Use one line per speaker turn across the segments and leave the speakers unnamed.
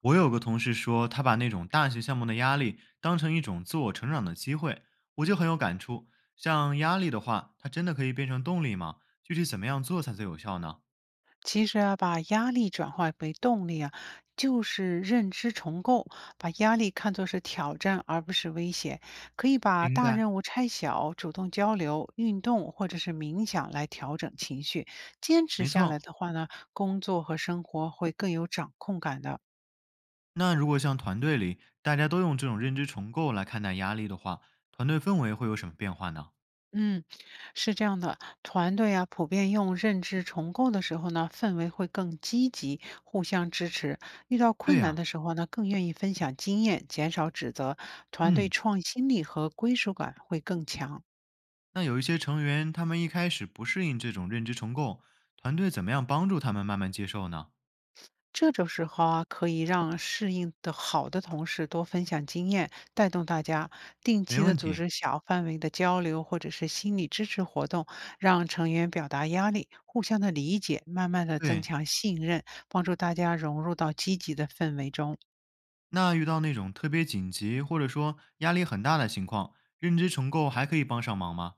我有个同事说，他把那种大学项目的压力当成一种自我成长的机会，我就很有感触。像压力的话，它真的可以变成动力吗？具体怎么样做才最有效呢？
其实啊，把压力转化为动力啊，就是认知重构，把压力看作是挑战而不是威胁。可以把
明
大
白，
任务拆小，主动交流、运动或者是冥想来调整情绪。坚持
没
下来
错。
的话呢，工作和生活会更有掌控感的。
那如果像团队里大家都用这种认知重构来看待压力的话，团队氛围会有什么变化呢？
嗯，是这样的，团队啊，普遍用认知重构的时候呢，氛围会更积极，互相支持；遇到
对
困难
呀、
的时候呢，更愿意分享经验，减少指责，团队
嗯，
创新力和归属感会更强。
那有一些成员他们一开始不适应这种认知重构，团队怎么样帮助他们慢慢接受呢？
这种时候啊，可以让适应的好的同事多分享经验，带动大家定
没
期的
问
组
题，
织小范围的交流或者是心理支持活动，让成员表达压力，互相的理解，慢慢的增
对，
强信任，帮助大家融入到积极的氛围中。
那遇到那种特别紧急或者说压力很大的情况，认知重构还可以帮上忙吗？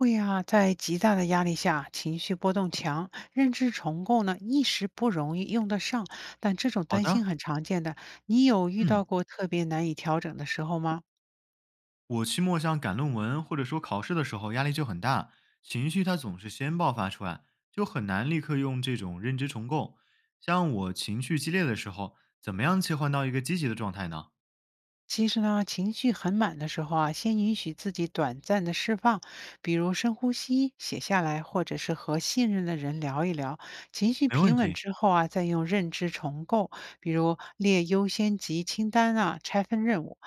会啊，在极大的压力下，情绪波动强，认知重构呢一时不容易用得上，但这种
好
担心
的，
很常见的。你有遇
嗯，
到过特别难以调整的时候吗？
我期末像赶论文或者说考试的时候，压力就很大，情绪它总是先爆发出来，就很难立刻用这种认知重构。像我情绪激烈的时候，怎么样切换到一个积极的状态呢？
其实呢，情绪很满的时候啊，先允许自己短暂的释放，比如深呼吸、写下来，或者是和信任的人聊一聊。情绪
没问
平稳
题。
之后啊，再用认知重构，比如列优先级清单啊，拆分任务，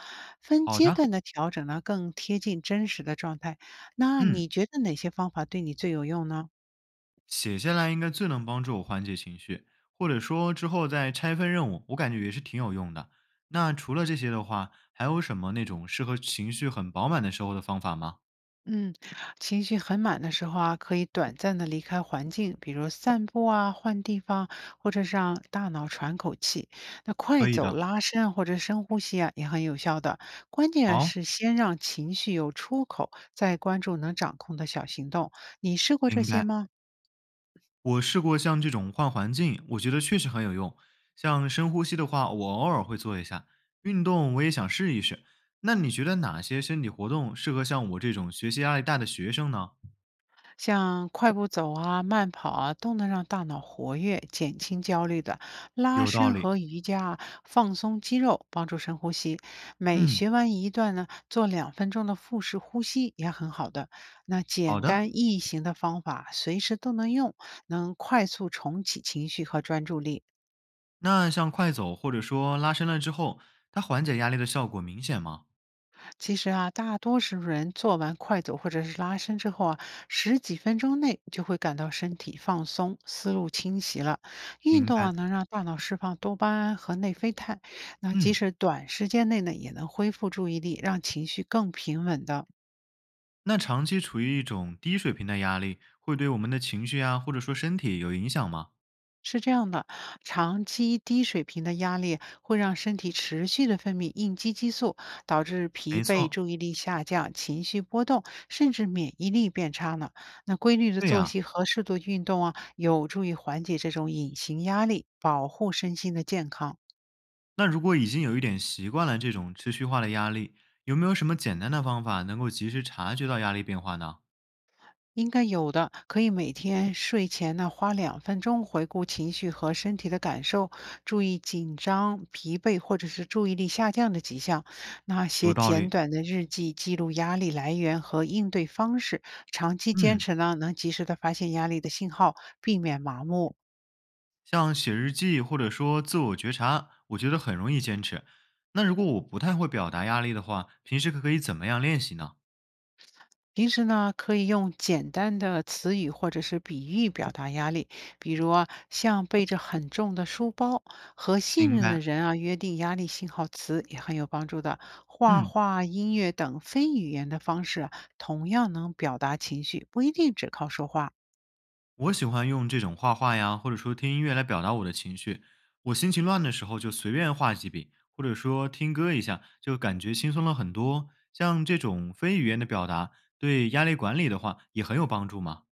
分
好
阶
的，
段的调整呢，更贴近真实的状态。那
嗯。
你觉得哪些方法对你最有用呢？
写下来应该最能帮助我缓解情绪，或者说之后再拆分任务，我感觉也是挺有用的。那除了这些的话，还有什么那种适合情绪很饱满的时候的方法吗？
嗯，情绪很满的时候啊，可以短暂的离开环境，比如散步啊、换地方，或者是让大脑喘口气。那快
可以
走、
的，
拉伸啊或者深呼吸啊，也很有效的。关键
好，
是先让情绪有出口，再关注能掌控的小行动。你试过这
明
些
白。
吗？
我试过像这种换环境，我觉得确实很有用。像深呼吸的话，我偶尔会做一下，运动我也想试一试。那你觉得哪些身体活动适合像我这种学习压力大的学生呢？
像快步走啊、慢跑啊，都能让大脑活跃，减轻焦虑的。拉
有道
伸
理。
和瑜伽啊放松肌肉，帮助深呼吸。每
嗯，
学完一段呢，做两分钟的腹式呼吸也很好的。那
好
简
的。
单易行的方法，随时都能用，能快速重启情绪和专注力。
那像快走或者说拉伸了之后，它缓解压力的效果明显吗？
其实啊，大多数人做完快走或者是拉伸之后啊，十几分钟内就会感到身体放松、思路清晰了。运
明
动啊，
白。
能让大脑释放多巴胺和内啡肽，那即
嗯，
使短时间内呢，也能恢复注意力，让情绪更平稳的。
那长期处于一种低水平的压力，会对我们的情绪啊，或者说身体有影响吗？
是这样的，长期低水平的压力会让身体持续的分泌应激激素，导致疲
没
惫、
错，
注意力下降、情绪波动，甚至免疫力变差呢。那规律的
对
作
呀、
息和适度运动啊，有助于缓解这种隐形压力，保护身心的健康。
那如果已经有一点习惯了这种持续化的压力，有没有什么简单的方法能够及时察觉到压力变化呢？
应该有的，可以每天睡前呢花两分钟回顾情绪和身体的感受，注意紧张、疲惫或者是注意力下降的迹象。那
有
些
道
简
理。
短的日记，记录压力来源和应对方式。长期坚
嗯，
持呢，能及时的发现压力的信号，避免麻木。
像写日记或者说自我觉察，我觉得很容易坚持。那如果我不太会表达压力的话，平时可以怎么样练习呢？
平时呢，可以用简单的词语或者是比喻表达压力，比如啊，像背着很重的书包，和信
明
任
白。
的人啊约定压力信号词也很有帮助的。画
嗯，
画、音乐等非语言的方式啊同样能表达情绪，不一定只靠说话。
我喜欢用这种画画呀，或者说听音乐来表达我的情绪。我心情乱的时候就随便画几笔，或者说听歌一下，就感觉轻松了很多。像这种非语言的表达，对压力管理的话也很有帮助嘛。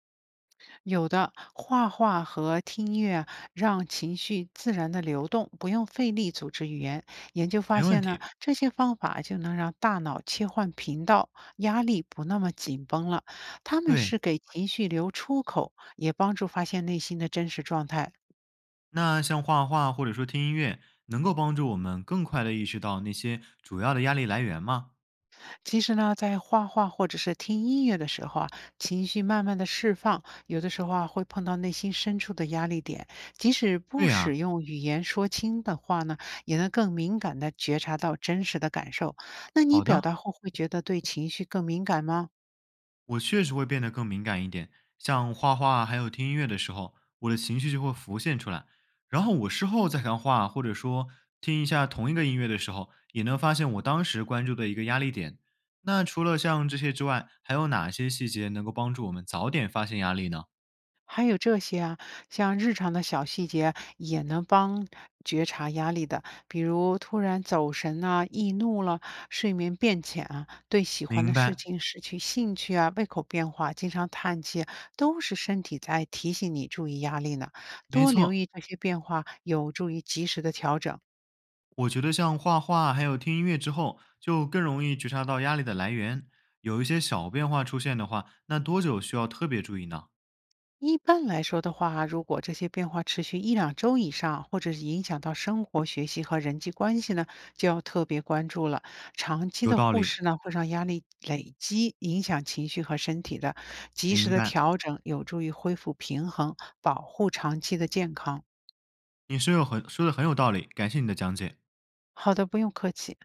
有的画画和听音乐让情绪自然的流动，不用费力组织语言。研究发
没问
现呢，
题。
这些方法就能让大脑切换频道，压力不那么紧绷了。他们是
对，
给情绪留出口，也帮助发现内心的真实状态。
那像画画或者说听音乐，能够帮助我们更快的意识到那些主要的压力来源吗？
其实呢，在画画或者是听音乐的时候啊，情绪慢慢的释放，有的时候啊会碰到内心深处的压力点，即使
对
不
呀、
使用语言说清的话呢，也能更敏感的觉察到真实的感受。那你
好
表
的。
达后会觉得对情绪更敏感吗？
我确实会变得更敏感一点，像画画还有听音乐的时候，我的情绪就会浮现出来。然后我事后再看画，或者说听一下同一个音乐的时候，也能发现我当时关注的一个压力点。那除了像这些之外，还有哪些细节能够帮助我们早点发现压力呢？
还有这些啊，像日常的小细节也能帮觉察压力的，比如突然走神啊、易怒了、睡眠变浅啊、对喜欢的
明
事
白，
情失去兴趣啊、胃口变化、经常叹气，都是身体在提醒你注意压力呢。
没
多留
错。
意这些变化，有助于及时的调整。
我觉得像画画还有听音乐之后，就更容易觉察到压力的来源。有一些小变化出现的话，那多久需要特别注意呢？
一般来说的话，如果这些变化持续1到2周以上，或者是影响到生活、学习和人际关系呢，就要特别关注了。长期
有
的
道
忽
理，
视呢，会让压力累积，影响情绪和身体的。及时
明
的
白。
调整有助于恢复平衡，保护长期的健康。
你说有很说的很有道理，感谢你的讲解。
好的，不用客气。